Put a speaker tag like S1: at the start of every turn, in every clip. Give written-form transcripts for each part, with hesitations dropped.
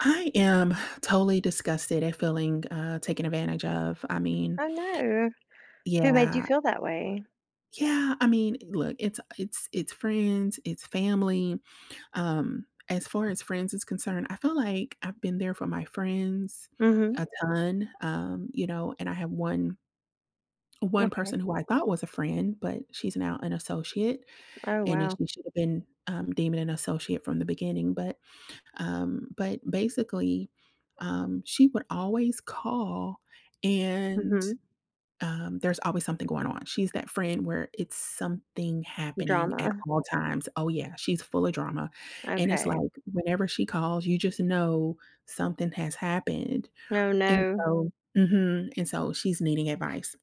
S1: I am totally disgusted at feeling, taken advantage of.
S2: Oh, no. Who made you
S1: Yeah.
S2: feel that way?
S1: Yeah, I mean, look, it's friends, it's family. As far as friends is concerned, I feel like I've been there for my friends
S2: Mhm.
S1: a ton, and I have one
S2: Okay.
S1: person who I thought was a friend, but she's now an associate,
S2: Oh,
S1: and then
S2: wow.
S1: she should have been, deemed an associate from the beginning, but basically, she would always call, and
S2: Mhm.
S1: there's always something going on. She's that friend where it's something happening at
S2: Drama.
S1: all times. Oh, yeah, she's full of drama. And it's
S2: Okay.
S1: like whenever she calls, you just know something has happened.
S2: Oh,
S1: And
S2: no.
S1: so, and so she's needing advice.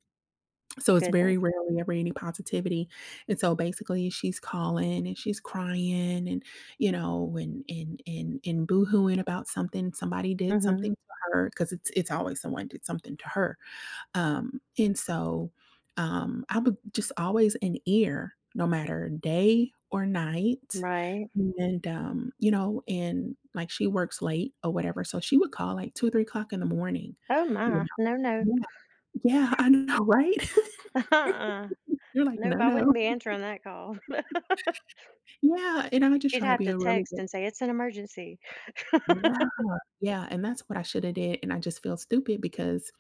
S1: So it's very
S2: Goodness.
S1: rarely ever any positivity, and so basically she's calling and she's crying and, you know, and boohooing about something, somebody did
S2: Mhm.
S1: something to her because it's always someone did something to her, and so, I would just always an ear no matter day or night,
S2: Right.
S1: and, you know, and, like, she works late or whatever, so she would call, like, 2, or 3 o'clock in the morning,
S2: Oh,
S1: you know.
S2: my. No, no.
S1: Yeah. Yeah, I know, right?
S2: Uh-uh.
S1: You're like, "No,
S2: Nope, I
S1: no."
S2: wouldn't be answering that call.
S1: Yeah, and I just
S2: She'd
S1: try to
S2: have
S1: be
S2: to
S1: a really
S2: text
S1: good.
S2: and say, "It's an emergency."
S1: Yeah, yeah, and that's what I shoulda did, and I just feel stupid because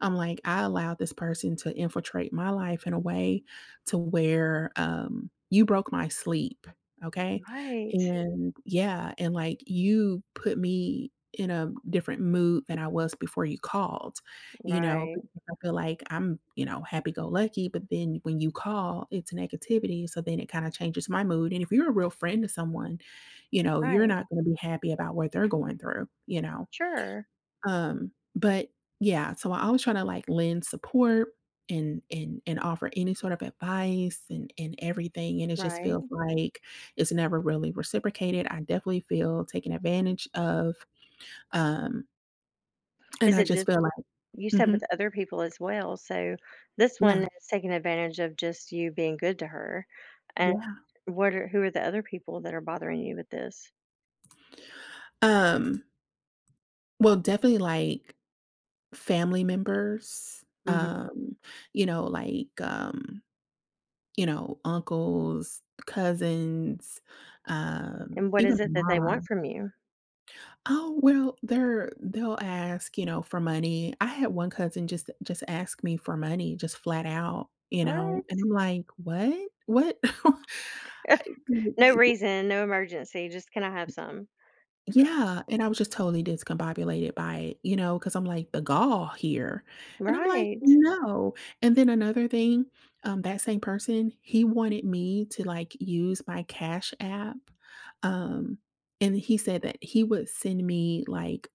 S1: I'm like, I allowed this person to infiltrate my life in a way to where you broke my sleep. Okay.
S2: Right.
S1: And yeah. And like you put me in a different mood than I was before you called, you know,
S2: Right.
S1: because I feel like I'm, you know, happy go lucky. But then when you call, it's negativity. So then it kind of changes my mood. And if you're a real friend to someone, you know, you're
S2: Right.
S1: not going to be happy about what they're going through, you know.
S2: Sure.
S1: But yeah, so I always try to like lend support and offer any sort of advice and everything. And it just feels
S2: Right.
S1: like it's never really reciprocated. I definitely feel taken advantage of. Um, and
S2: Is
S1: I
S2: it
S1: just
S2: just,
S1: feel like,
S2: you said with
S1: mhm,
S2: other people as well, so this
S1: yeah,
S2: one is taking advantage of just you being good to her.
S1: yeah.
S2: What are— who are the other people that are bothering you with this?
S1: Um, well, definitely like family members,
S2: Mhm.
S1: you know, like um, you know, uncles, cousins,
S2: And what
S1: even
S2: is it that
S1: my
S2: they want
S1: mom.
S2: from you?
S1: Oh, well, they'll ask, you know, for money. I had one cousin just ask me for money, just flat out, you know,
S2: What?
S1: and I'm like, "What? What?"
S2: No reason, no emergency, just, "Can I have some?"
S1: Yeah, and I was just totally discombobulated by it, you know, because 'cause I'm like, "The gall here," and I'm like,
S2: Right.
S1: "No," and then another thing, that same person, he wanted me to, like, use my Cash App, um, and he said that he would send me, like,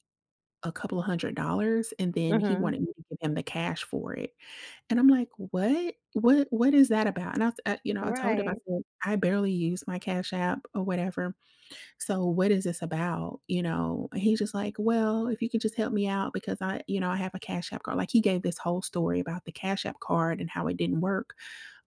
S1: a couple of $100s, and then he
S2: Mhm.
S1: wanted Mhm. me to give him the cash for it, and I'm like, "What? What is that about?" And I you know, I told him, I
S2: Right.
S1: said, "I barely use my Cash App or whatever, so what is this about?" You know, and he's just like, "Well, if you could just help me out because I you know, I have a Cash App card." Like, he gave this whole story about the Cash App card and how it didn't work.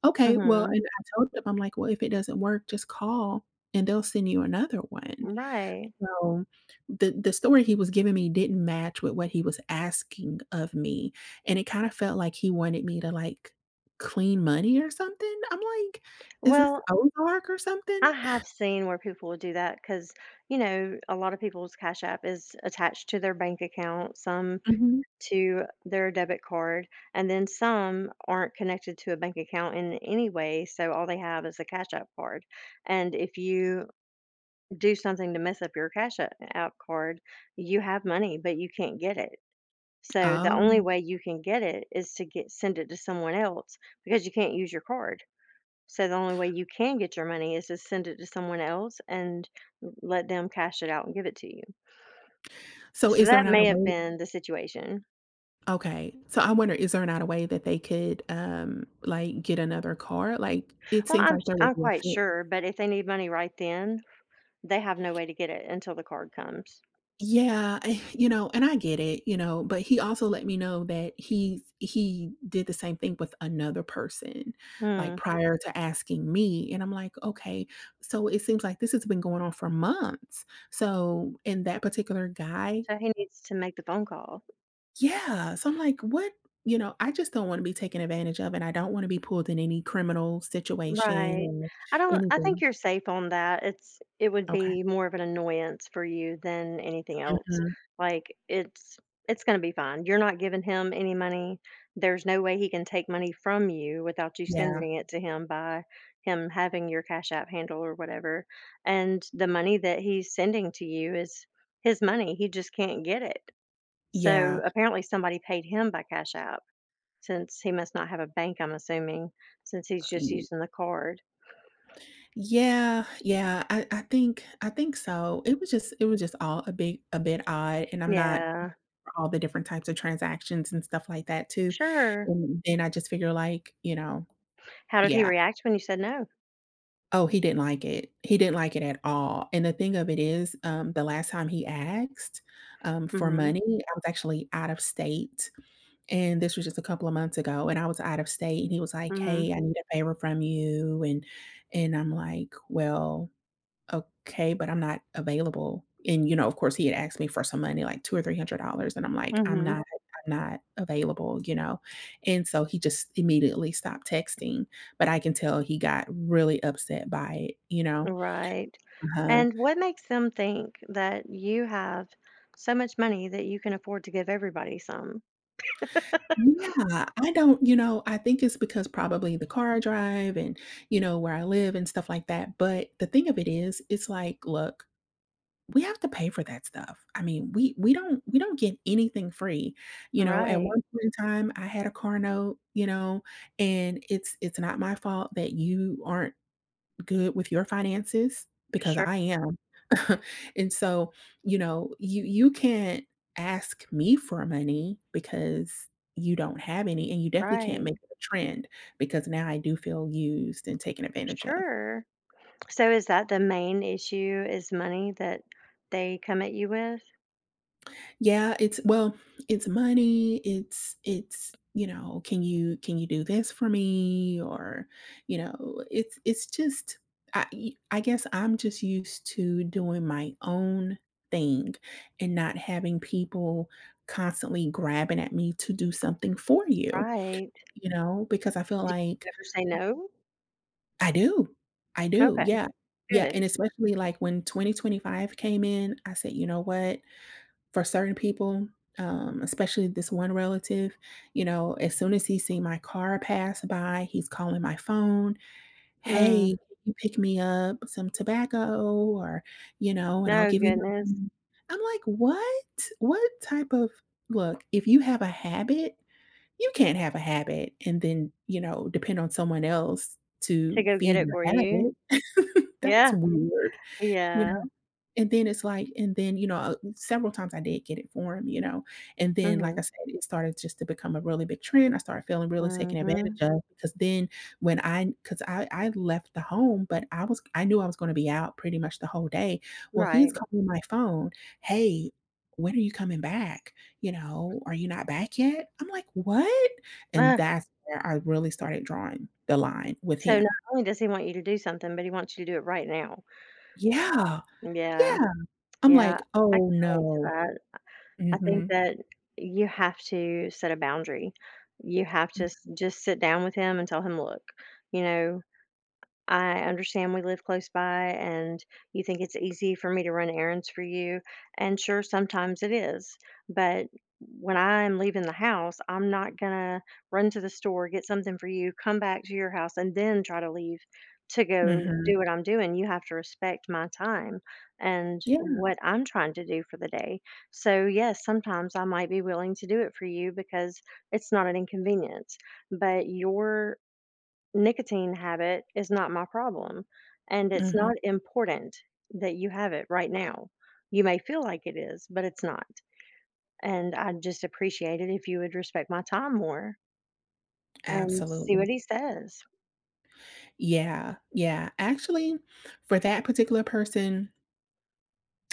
S1: Okay, well, and
S2: Mhm.
S1: I told him, I'm like, "Well, if it doesn't work, just call and they'll send you another one."
S2: Right.
S1: So, the story he was giving me didn't match with what he was asking of me, and it kinda felt like he wanted me to, like, clean money or something? I'm like, "Is this
S2: Well,
S1: Ozark or something?"
S2: I have seen where people will do that because, you know, a lot of people's Cash App is attached to their bank account, some
S1: Mhm.
S2: to their debit card, and then some aren't connected to a bank account in any way, so all they have is a Cash App card, and if you do something to mess up your out card, you have money, but you can't get it. So the only
S1: Oh.
S2: way you can get it is to get send it to someone else because you can't use your card. So the only way you can get your money is to send it to someone else and let them cash it out and give it to you.
S1: So,
S2: So
S1: is there
S2: that
S1: not a
S2: may have
S1: way
S2: been the situation.
S1: Okay. So, I wonder, is there not a way that they could, like, get another car? Like, it
S2: Well,
S1: seems like there would
S2: I'm
S1: be a
S2: quite
S1: fit.
S2: sure, but if they need money right then, they have no way to get it until the card comes.
S1: Yeah, I you know, and I get it, you know, but he also let me know that he did the same thing with another person, like,
S2: Hmm.
S1: prior to asking me, and I'm like, "Okay." So it seems like this has been going on for months. So and that particular guy
S2: So he needs to make the phone call.
S1: yeah, so I'm like, "What?" You know, I just don't wanna be taken advantage of, and I don't wanna be pulled in any criminal situation
S2: Right.
S1: or
S2: I don't I think
S1: anything.
S2: you're safe on that. It would
S1: Okay.
S2: be more of an annoyance for you than anything else.
S1: Mhm.
S2: Like it's it's going to be fine. You're not giving him any money. There's no way he can take money from you without you
S1: Yeah.
S2: sending it to him by him having your Cash App handle or whatever. And the money that he's sending to you is his money. He just can't get it. So apparently somebody paid him by Cash App, since he must not have a bank, I'm assuming, since he's just
S1: Yeah.
S2: using the card.
S1: Yeah, yeah, I think I think so. It was just all a bit odd, and I'm not
S2: Yeah,
S1: all the different types of transactions and stuff like that too.
S2: sure.
S1: And then I just figure like, you know,
S2: How did he
S1: yeah,
S2: react when you said no?
S1: oh, he didn't like it. He didn't like it at all. And the thing of it is, the last time he asked for
S2: Mm
S1: money, I was actually out of state, and this was just a couple of months ago, and I was out of state, and he was like,
S2: mhm, mm mhm,
S1: "Hey, I need a favor from you," and I'm like, "Well. Okay, but I'm not available." And, you know, of course, he had asked me for some money, like two or $300, and I'm
S2: mm
S1: like,
S2: mhm,
S1: I'm not available," you know? And so he just immediately stopped texting, but I can tell he got really upset by it, you know?
S2: right.
S1: uh
S2: And what makes them think that you have so much money that you can afford to give everybody some?
S1: Yeah, I don't you know, I think it's because probably the car I drive and, you know, where I live and stuff like that, but the thing of it is, it's like, look. We have to pay for that stuff. I mean, we don't we don't get anything free. You know, at
S2: Right,
S1: one point in time, I had a car note, you know, and it's not my fault that you aren't good with your finances because
S2: sure,
S1: I am. And so, you know, you can't ask me for money because you don't have any, and you definitely can't
S2: right,
S1: make it a trend because now I do feel used and taken advantage of.
S2: sure. So is that the main issue, is money that they come at you with?
S1: Yeah, it's well, it's money, you know, can you do this for me?" Or, you know, it's just I guess I'm just used to doing my own thing and not having people constantly grabbing at me to do something for you,
S2: Right.
S1: you know, because I feel like
S2: You ever say no?
S1: I do, I do,
S2: Okay,
S1: yeah. Yeah,
S2: good.
S1: and especially, like, when 2025 came in, I said, "You know what? For certain people, especially this one relative, you know, as soon as he see my car pass by, he's calling my phone,
S2: Mm,
S1: 'Hey, can you pick me up some tobacco?' or, you know, 'And I'll
S2: no,
S1: give you my
S2: goodness,
S1: money.'" I'm like, "What? What type of" look, if you have a habit, you can't have a habit and then, you know, depend on someone else
S2: to
S1: to
S2: go get
S1: feed
S2: it
S1: your
S2: for you.
S1: habit. That's
S2: Yeah,
S1: weird, you
S2: yeah.
S1: know? And then it's like and then, you know, several times I did get it for him, you know, and
S2: Mm
S1: then, like I
S2: mhm.
S1: said, it started just to become a really big trend. I started feeling really taken advantage
S2: Mhm.
S1: of because then because I left the home, but I knew I was gonna be out pretty much the whole day. Well, he's
S2: Right.
S1: calling my phone, "Hey, when are you coming back? You know, are you not back yet?" I'm like, "What?" And
S2: Ah,
S1: that's where I really started drawing the line with
S2: so not
S1: him.
S2: only does he want you to do something, but he wants you to do it right now.
S1: Yeah,
S2: Yeah.
S1: yeah. I'm
S2: Yeah.
S1: like,
S2: I
S1: "Oh,
S2: can relate to
S1: no."
S2: that. I think
S1: Mhm.
S2: that you have to set a boundary. You have to just sit down with him and tell him, look, you know, I understand we live close by and you think it's easy for me to run errands for you. And sure, sometimes it is. But when I'm leaving the house, I'm not going to run to the store, get something for you, come back to your house, and then try to leave to go
S1: Mhm.
S2: do what I'm doing. You have to respect my time and
S1: Yeah,
S2: what I'm trying to do for the day. So, yes, sometimes I might be willing to do it for you because it's not an inconvenience. But your nicotine habit is not my problem, and it's
S1: mhm,
S2: not important that you have it right now. You may feel like it is, but it's not. And I'd just appreciate it if you would respect my time more and see
S1: absolutely.
S2: what he says.
S1: Yeah, yeah. Actually, for that particular person,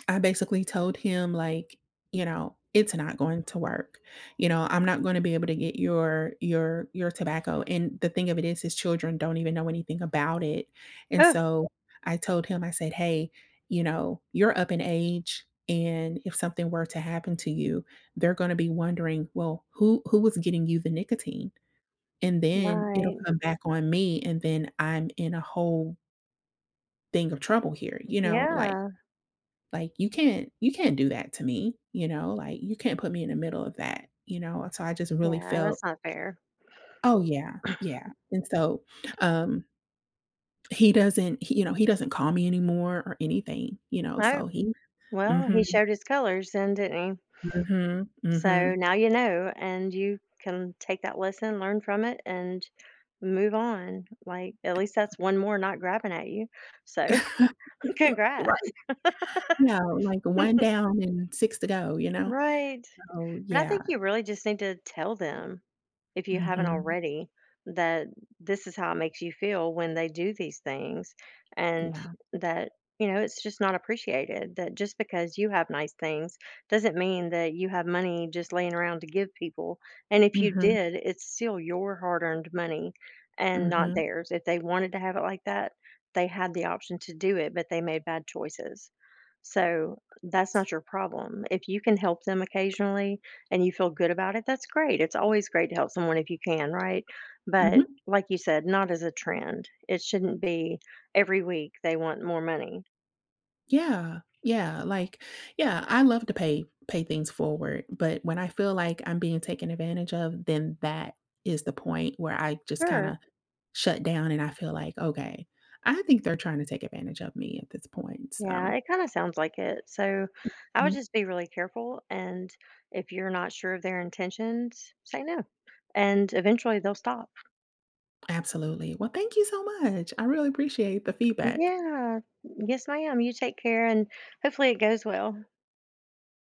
S1: I basically told him, like, you know, "It's not going to work. You know, I'm not gonna be able to get your your tobacco," and the thing of it is his children don't even know anything about it, and
S2: Oh,
S1: so I told him, I said, "Hey, you know, you're up in age, and if something were to happen to you, they're gonna be wondering, well, who was getting you the nicotine?" And then it'll
S2: right.
S1: come back on me, and then I'm in a whole thing of trouble here, you know, like
S2: Yeah.
S1: like, you can't do that to me," you know, like, "You can't put me in the middle of that," you know, so I just really
S2: Yeah,
S1: felt.
S2: that's not fair.
S1: Oh, yeah, yeah, and so, um, he doesn't he you know, he doesn't call me anymore or anything, you know,
S2: Oh,
S1: so he.
S2: well,
S1: Mhm,
S2: he showed his colors then, didn't he?
S1: mhm,
S2: So
S1: mhm.
S2: now you know, and you can take that lesson, learn from it, and move on. Like, at least that's one more not grabbing at you. So, congrats.
S1: Right. Yeah, like, 1 down and 6 to go, you know?
S2: Right.
S1: Oh
S2: But I
S1: yeah.
S2: think you really just need to tell them, if you haven't
S1: Mhm.
S2: already, that this is how it makes you feel when they do these things, and
S1: Yeah.
S2: that, you know, it's just not appreciated. That just because you have nice things doesn't mean that you have money just laying around to give people. And if you
S1: Mhm,
S2: did, it's still your hard earned money and not
S1: mhm.
S2: theirs. If they wanted to have it like that, they had the option to do it, but they made bad choices. So that's not your problem. If you can help them occasionally, and you feel good about it, that's great. It's always great to help someone if you can, right? But
S1: Mhm.
S2: like you said, not as a trend. It shouldn't be every week they want more money.
S1: Yeah, yeah, I love to pay things forward, but when I feel like I'm being taken advantage of, then that is the point where I just kinda
S2: Sure.
S1: shut down and I feel like, "Okay, I think they're trying to take advantage of me at this point,"
S2: Yeah,
S1: so,
S2: it kind of sounds like it. So I would
S1: mm,
S2: just be really careful. And if you're not sure of their intentions, say no. And eventually they'll stop.
S1: absolutely. Well, thank you so much. I really appreciate the feedback.
S2: Yeah. Yes, ma'am. You take care and hopefully it goes well.